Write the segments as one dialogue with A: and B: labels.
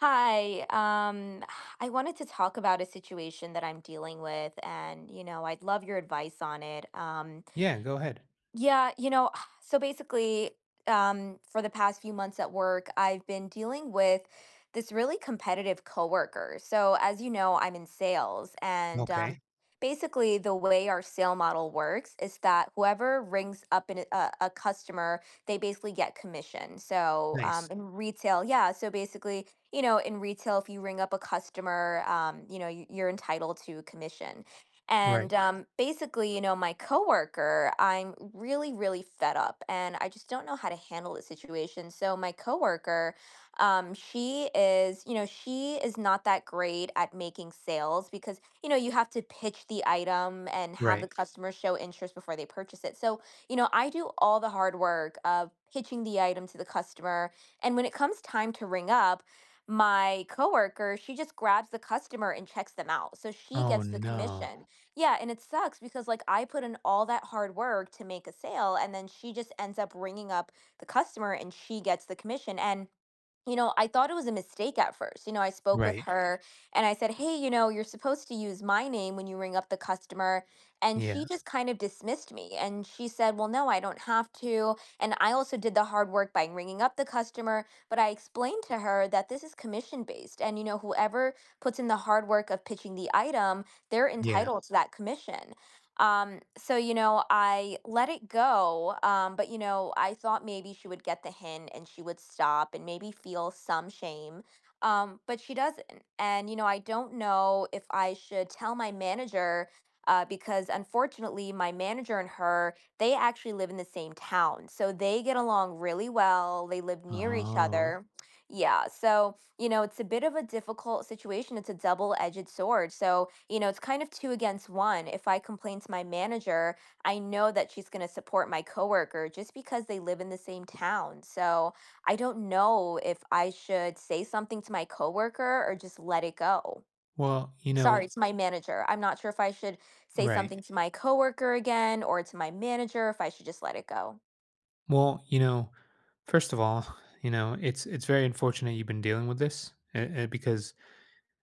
A: Hi. I wanted to talk about a situation that I'm dealing with, and you know, I'd love your advice on it.
B: Yeah, go ahead.
A: Yeah, you know, so basically, for the past few months at work, I've been dealing with this really competitive coworker. So, as you know, I'm in sales, and
B: Okay,
A: basically, the way our sale model works is that whoever rings up a customer, they basically get commission. So,
B: nice.
A: in retail, yeah, so basically, you know, in retail, if you ring up a customer, you know, you're entitled to commission.
B: Right,
A: And basically, you know, my coworker, I'm really, really fed up and I just don't know how to handle the situation. So, my coworker, she is, you know, she is not that great at making sales because, you know, you have to pitch the item and have the
B: right.
A: customer show interest before they purchase it. So, you know, I do all the hard work of pitching the item to the customer. And when it comes time to ring up, my coworker, she just grabs the customer and checks them out. So she
B: Oh,
A: gets the
B: no.
A: commission. Yeah, and it sucks because, like, I put in all that hard work to make a sale, and then she just ends up ringing up the customer and she gets the commission. And you know, I thought it was a mistake at first. You know, I spoke with
B: Right.
A: her and I said, "Hey, you know, you're supposed to use my name when you ring up the customer." And
B: Yeah,
A: she just kind of dismissed me. And she said, "Well, no, I don't have to. And I also did the hard work by ringing up the customer." But I explained to her that this is commission based. And, you know, whoever puts in the hard work of pitching the item, they're
B: yeah.
A: entitled to that commission. So, you know, I let it go. But, you know, I thought maybe she would get the hint and she would stop and maybe feel some shame. But she doesn't. And, you know, I don't know if I should tell my manager because unfortunately, my manager and her, they actually live in the same town. So they get along really well. They live near each
B: Oh.
A: other. Yeah. So, you know, it's a bit of a difficult situation. It's a double edged sword. So, you know, it's kind of two against one. If I complain to my manager, I know that she's going to support my coworker just because they live in the same town. So I don't know if I should say something to my coworker or just let it go.
B: Well, you
A: Sorry,
B: know
A: it's my manager. I'm not sure if I should say
B: right.
A: something to my coworker again or to my manager, if I should just let it go.
B: Well, you know, first of all, you know, it's very unfortunate you've been dealing with this, because,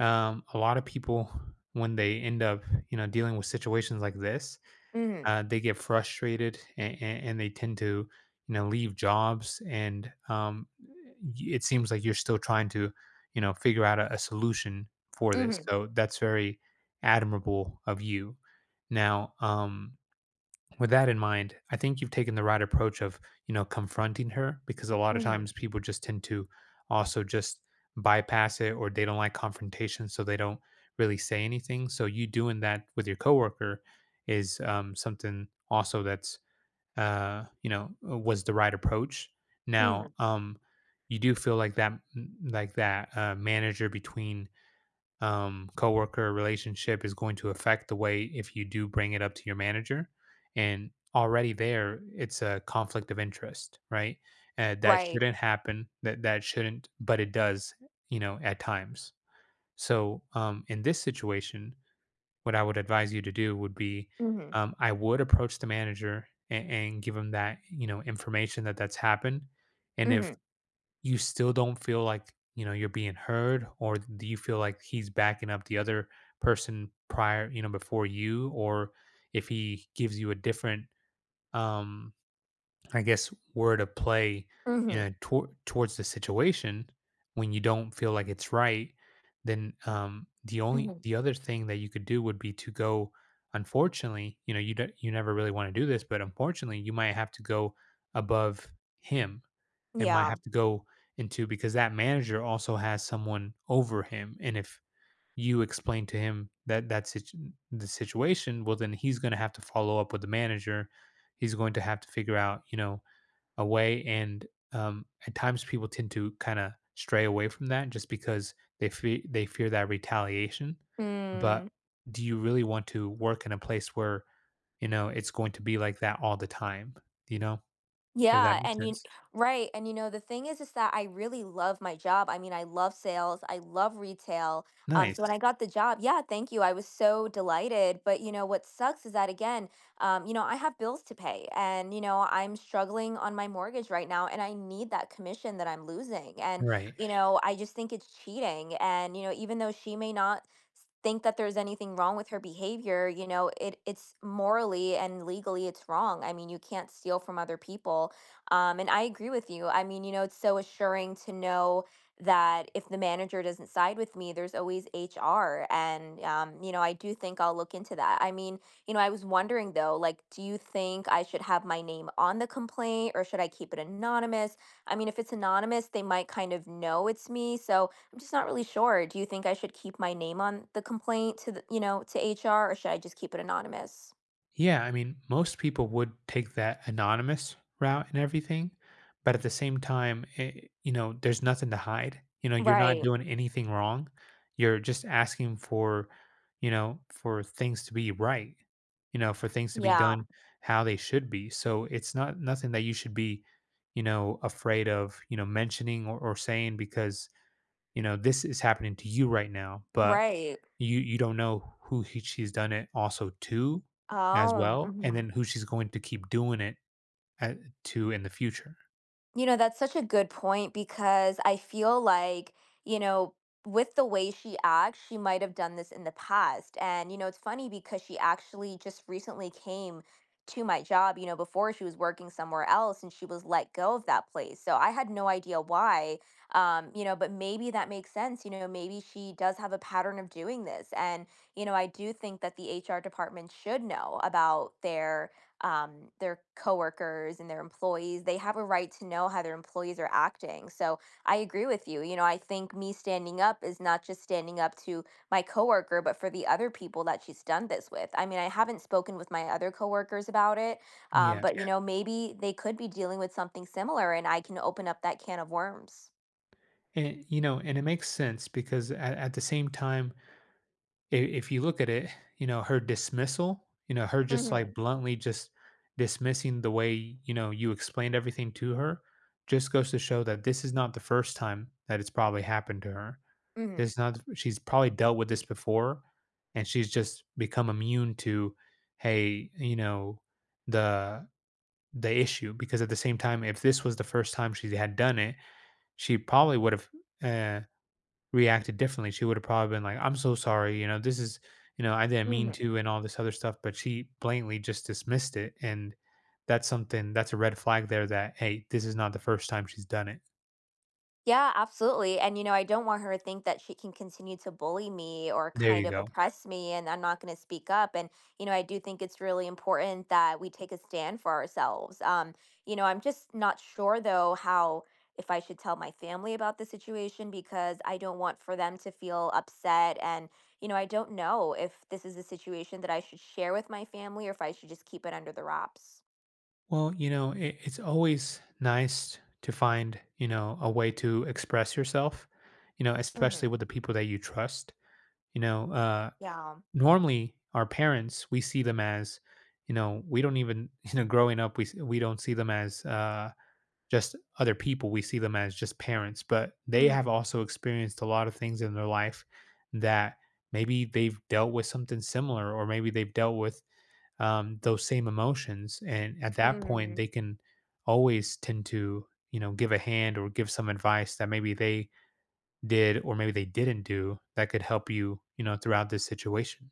B: a lot of people, when they end up, you know, dealing with situations like this,
A: hmm
B: they get frustrated and, they tend to you know leave jobs and it seems like you're still trying to you know figure out a solution for this,
A: hmm
B: so that's very admirable of you now. With that in mind, I think you've taken the right approach of, you know, confronting her because a lot of
A: hmm
B: times people just tend to also just bypass it, or they don't like confrontation, so they don't really say anything. So you doing that with your coworker is something also that's, you know, was the right approach.
A: hmm
B: Now, you do feel like that manager between coworker relationship is going to affect the way if you do bring it up to your manager. And already there, it's a conflict of interest, right? That
A: Right.
B: shouldn't happen. That shouldn't, but it does, you know, at times. So in this situation, what I would advise you to do would be,
A: hmm
B: I would approach the manager and, give him that, you know, information that that's happened, and if
A: hmm
B: you still don't feel like, you know, you're being heard, or do you feel like he's backing up the other person prior, you know, before you, or if he gives you a different um I guess word of play, you
A: hmm
B: know, towards the situation, when you don't feel like it's right, then
A: hmm
B: the other thing that you could do would be to go, unfortunately, you know, you don't, you never really want to do this, but unfortunately, you might have to go above him and might
A: Yeah.
B: have to go into, because that manager also has someone over him. And if you explain to him that that's it, the situation, well, then he's going to have to follow up with the manager. He's going to have to figure out, you know, a way. And at times, people tend to kind of stray away from that just because they fear that retaliation. But
A: Mm,
B: do you really want to work in a place where you know it's going to be like that all the time? You know, if that
A: yeah,
B: makes
A: and you
B: sense.
A: right, and you know the thing is that I really love my job. I mean, I love sales, I love retail. So when
B: Nice.
A: I got the job, yeah, thank you. I was so delighted. But you know what sucks is that again, you know, I have bills to pay, and you know I'm struggling on my mortgage right now, and I need that commission that I'm losing. And
B: Right.
A: you know, I just think it's cheating. And you know, even though she may not s- think that there's anything wrong with her behavior, you know, it's morally and legally it's wrong. I mean, you can't steal from other people. And I agree with you. I mean, you know, it's so assuring to know that if the manager doesn't side with me, there's always HR. And you know, I do think I'll look into that. I mean, you know, I was wondering, though, like, do you think I should have my name on the complaint or should I keep it anonymous? I mean, if it's anonymous, they might kind of know it's me. So I'm just not really sure. Do you think I should keep my name on the complaint to the, you know, to HR, or should I just keep it anonymous?
B: Yeah, I mean, most people would take that anonymous route and everything, but at the same time, it, you know, there's nothing to hide. You know, you're not
A: Right.
B: doing anything wrong. You're just asking for, you know, for things to be right. You know, for things to be
A: Yeah.
B: done how they should be. So it's not nothing that you should be, you know, afraid of, you know, mentioning or, saying, because you know, this is happening to you right now, but
A: Right.
B: you don't know who he, she's done it also to as
A: Oh.
B: well, and
A: Mhm.
B: then who she's going to keep doing it at, to, in the future.
A: You know, that's such a good point because I feel like, you know, with the way she acts, she might have done this in the past. And, you know, it's funny because she actually just recently came to my job, you know, before she was working somewhere else and she was let go of that place. So I had no idea why, you know, but maybe that makes sense. You know, maybe she does have a pattern of doing this. And, you know, I do think that the HR department should know about their coworkers and their employees. They have a right to know how their employees are acting. So I agree with you. You know, I think me standing up is not just standing up to my coworker, but for the other people that she's done this with. I mean, I haven't spoken with my other coworkers about it,
B: Yeah.
A: but you Yeah. know, maybe they could be dealing with something similar, and I can open up that can of worms.
B: And you know, and it makes sense because at the same time, if you look at it, you know, her dismissal, you know, her just like
A: hmm
B: bluntly just dismissing the way, you know, you explained everything to her just goes to show that this is not the first time that it's probably happened to her.
A: hmm
B: It's not, she's probably dealt with this before, and she's just become immune to, hey, you know, the the issue, because at the same time, if this was the first time she had done it, she probably would've, uh, reacted differently. She would've probably been like, "I'm so sorry, you know, this is you know, I didn't mean
A: hmm
B: to," and all this other stuff, but she blatantly just dismissed it, and that's something that's a red flag there that, hey, this is not the first time she's done it.
A: Yeah, absolutely. And, you know, I don't want her to think that she can continue to bully me or
B: There
A: kind
B: you
A: of
B: go.
A: oppress me and I'm not going to speak up. And, you know, I do think it's really important that we take a stand for ourselves. You know, I'm just not sure though how if I should tell my family about the situation because I don't want for them to feel upset and, you know, I don't know if this is a situation that I should share with my family or if I should just keep it under the wraps.
B: Well, you know, it's always nice to find, you know, a way to express yourself, you know,
A: hmm
B: especially with the people that you trust. You know,
A: Yeah.
B: normally our parents, we see them as, you know, we don't even, you know, growing up, we don't see them as just other people. We see them as just parents, but they
A: hmm
B: have also experienced a lot of things in their life that maybe they've dealt with something similar, or maybe they've dealt with those same emotions. And at that point,
A: hmm
B: they can always tend to, you know, give a hand or give some advice that maybe they did or maybe they didn't do that could help you, you know, throughout this situation.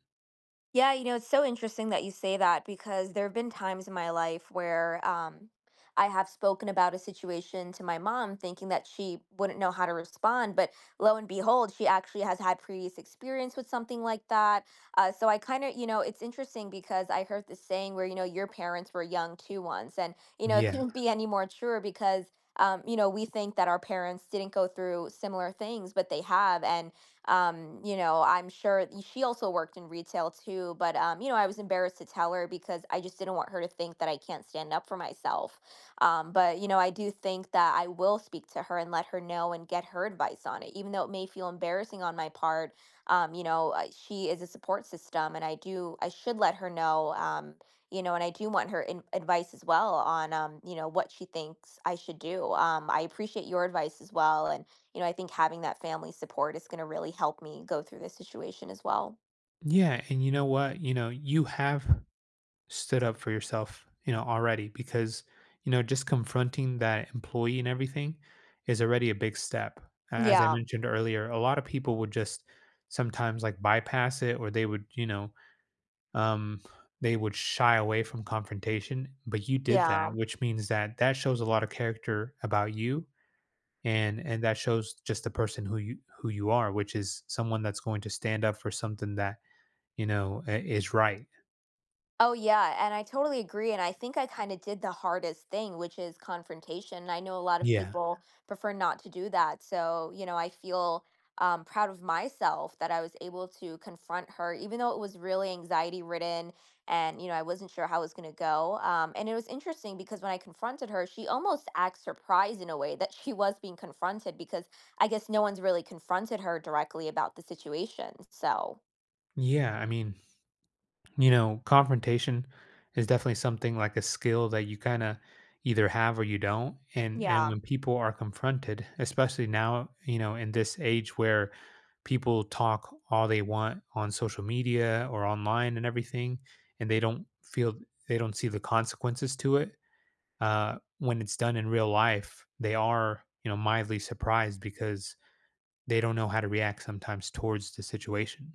A: Yeah, you know, it's so interesting that you say that because there have been times in my life where I have spoken about a situation to my mom, thinking that she wouldn't know how to respond. But lo and behold, she actually has had previous experience with something like that. So I kind of, you know, it's interesting because I heard this saying where, you know, your parents were young too once. And, you know, it
B: Yeah.
A: couldn't be any more truer because. You know, we think that our parents didn't go through similar things, but they have. And you know, I'm sure she also worked in retail too, but you know, I was embarrassed to tell her because I just didn't want her to think that I can't stand up for myself. But you know, I do think that I will speak to her and let her know and get her advice on it, even though it may feel embarrassing on my part. She is a support system, and I should let her know. You know, and I do want advice as well on, you know, what she thinks I should do. I appreciate your advice as well, and you know, I think having that family support is gonna really help me go through this situation as well.
B: Yeah. And you know what? You know, you have stood up for yourself, you know, already because, you know, just confronting that employee and everything is already a big step. As I
A: Yeah,
B: mentioned earlier, a lot of people would just sometimes like bypass it, or they would, you know, Um, they would shy away from confrontation, but you did that,
A: yeah.
B: which means that that shows a lot of character about you, and that shows just the person who you are, which is someone that's going to stand up for something that you know is right.
A: Oh, yeah, and I totally agree, and I think I kinda did the hardest thing, which is confrontation. And I know a lot of
B: Yeah,
A: people prefer not to do that, so, you know, I feel, proud of myself that I was able to confront her, even though it was really anxiety-ridden and, you know, I wasn't sure how it was gonna go, and it was interesting because when I confronted her, she almost acts surprised in a way that she was being confronted because I guess no one's really confronted her directly about the situation, so,
B: yeah. I mean, you know, confrontation is definitely something like a skill that you kind of either have or you don't. And
A: yeah.
B: when people are confronted, especially now, you know, in this age where people talk all they want on social media or online and everything, and they don't see the consequences to it. When it's done in real life, they are you know mildly surprised because they don't know how to react sometimes towards the situation.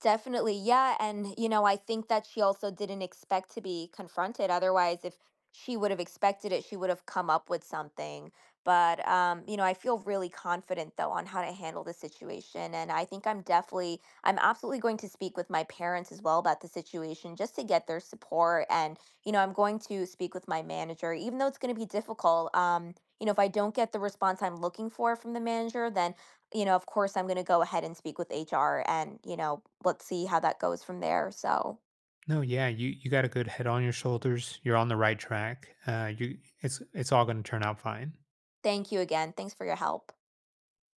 A: Definitely. Yeah. And, you know, I think that she also didn't expect to be confronted. Otherwise, if she would have expected it, she would have come up with something. But, you know, I feel really confident though on how to handle the situation. And I think I'm absolutely going to speak with my parents as well about the situation just to get their support. And, you know, I'm going to speak with my manager, even though it's going to be difficult. You know, if I don't get the response I'm looking for from the manager, then you know, of course, I'm going to go ahead and speak with HR and, you know, let's see how that goes from there. So
B: No, yeah, you got a good head on your shoulders. You're on the right track. You it's all going to turn out fine.
A: thank you again. Thanks for your help.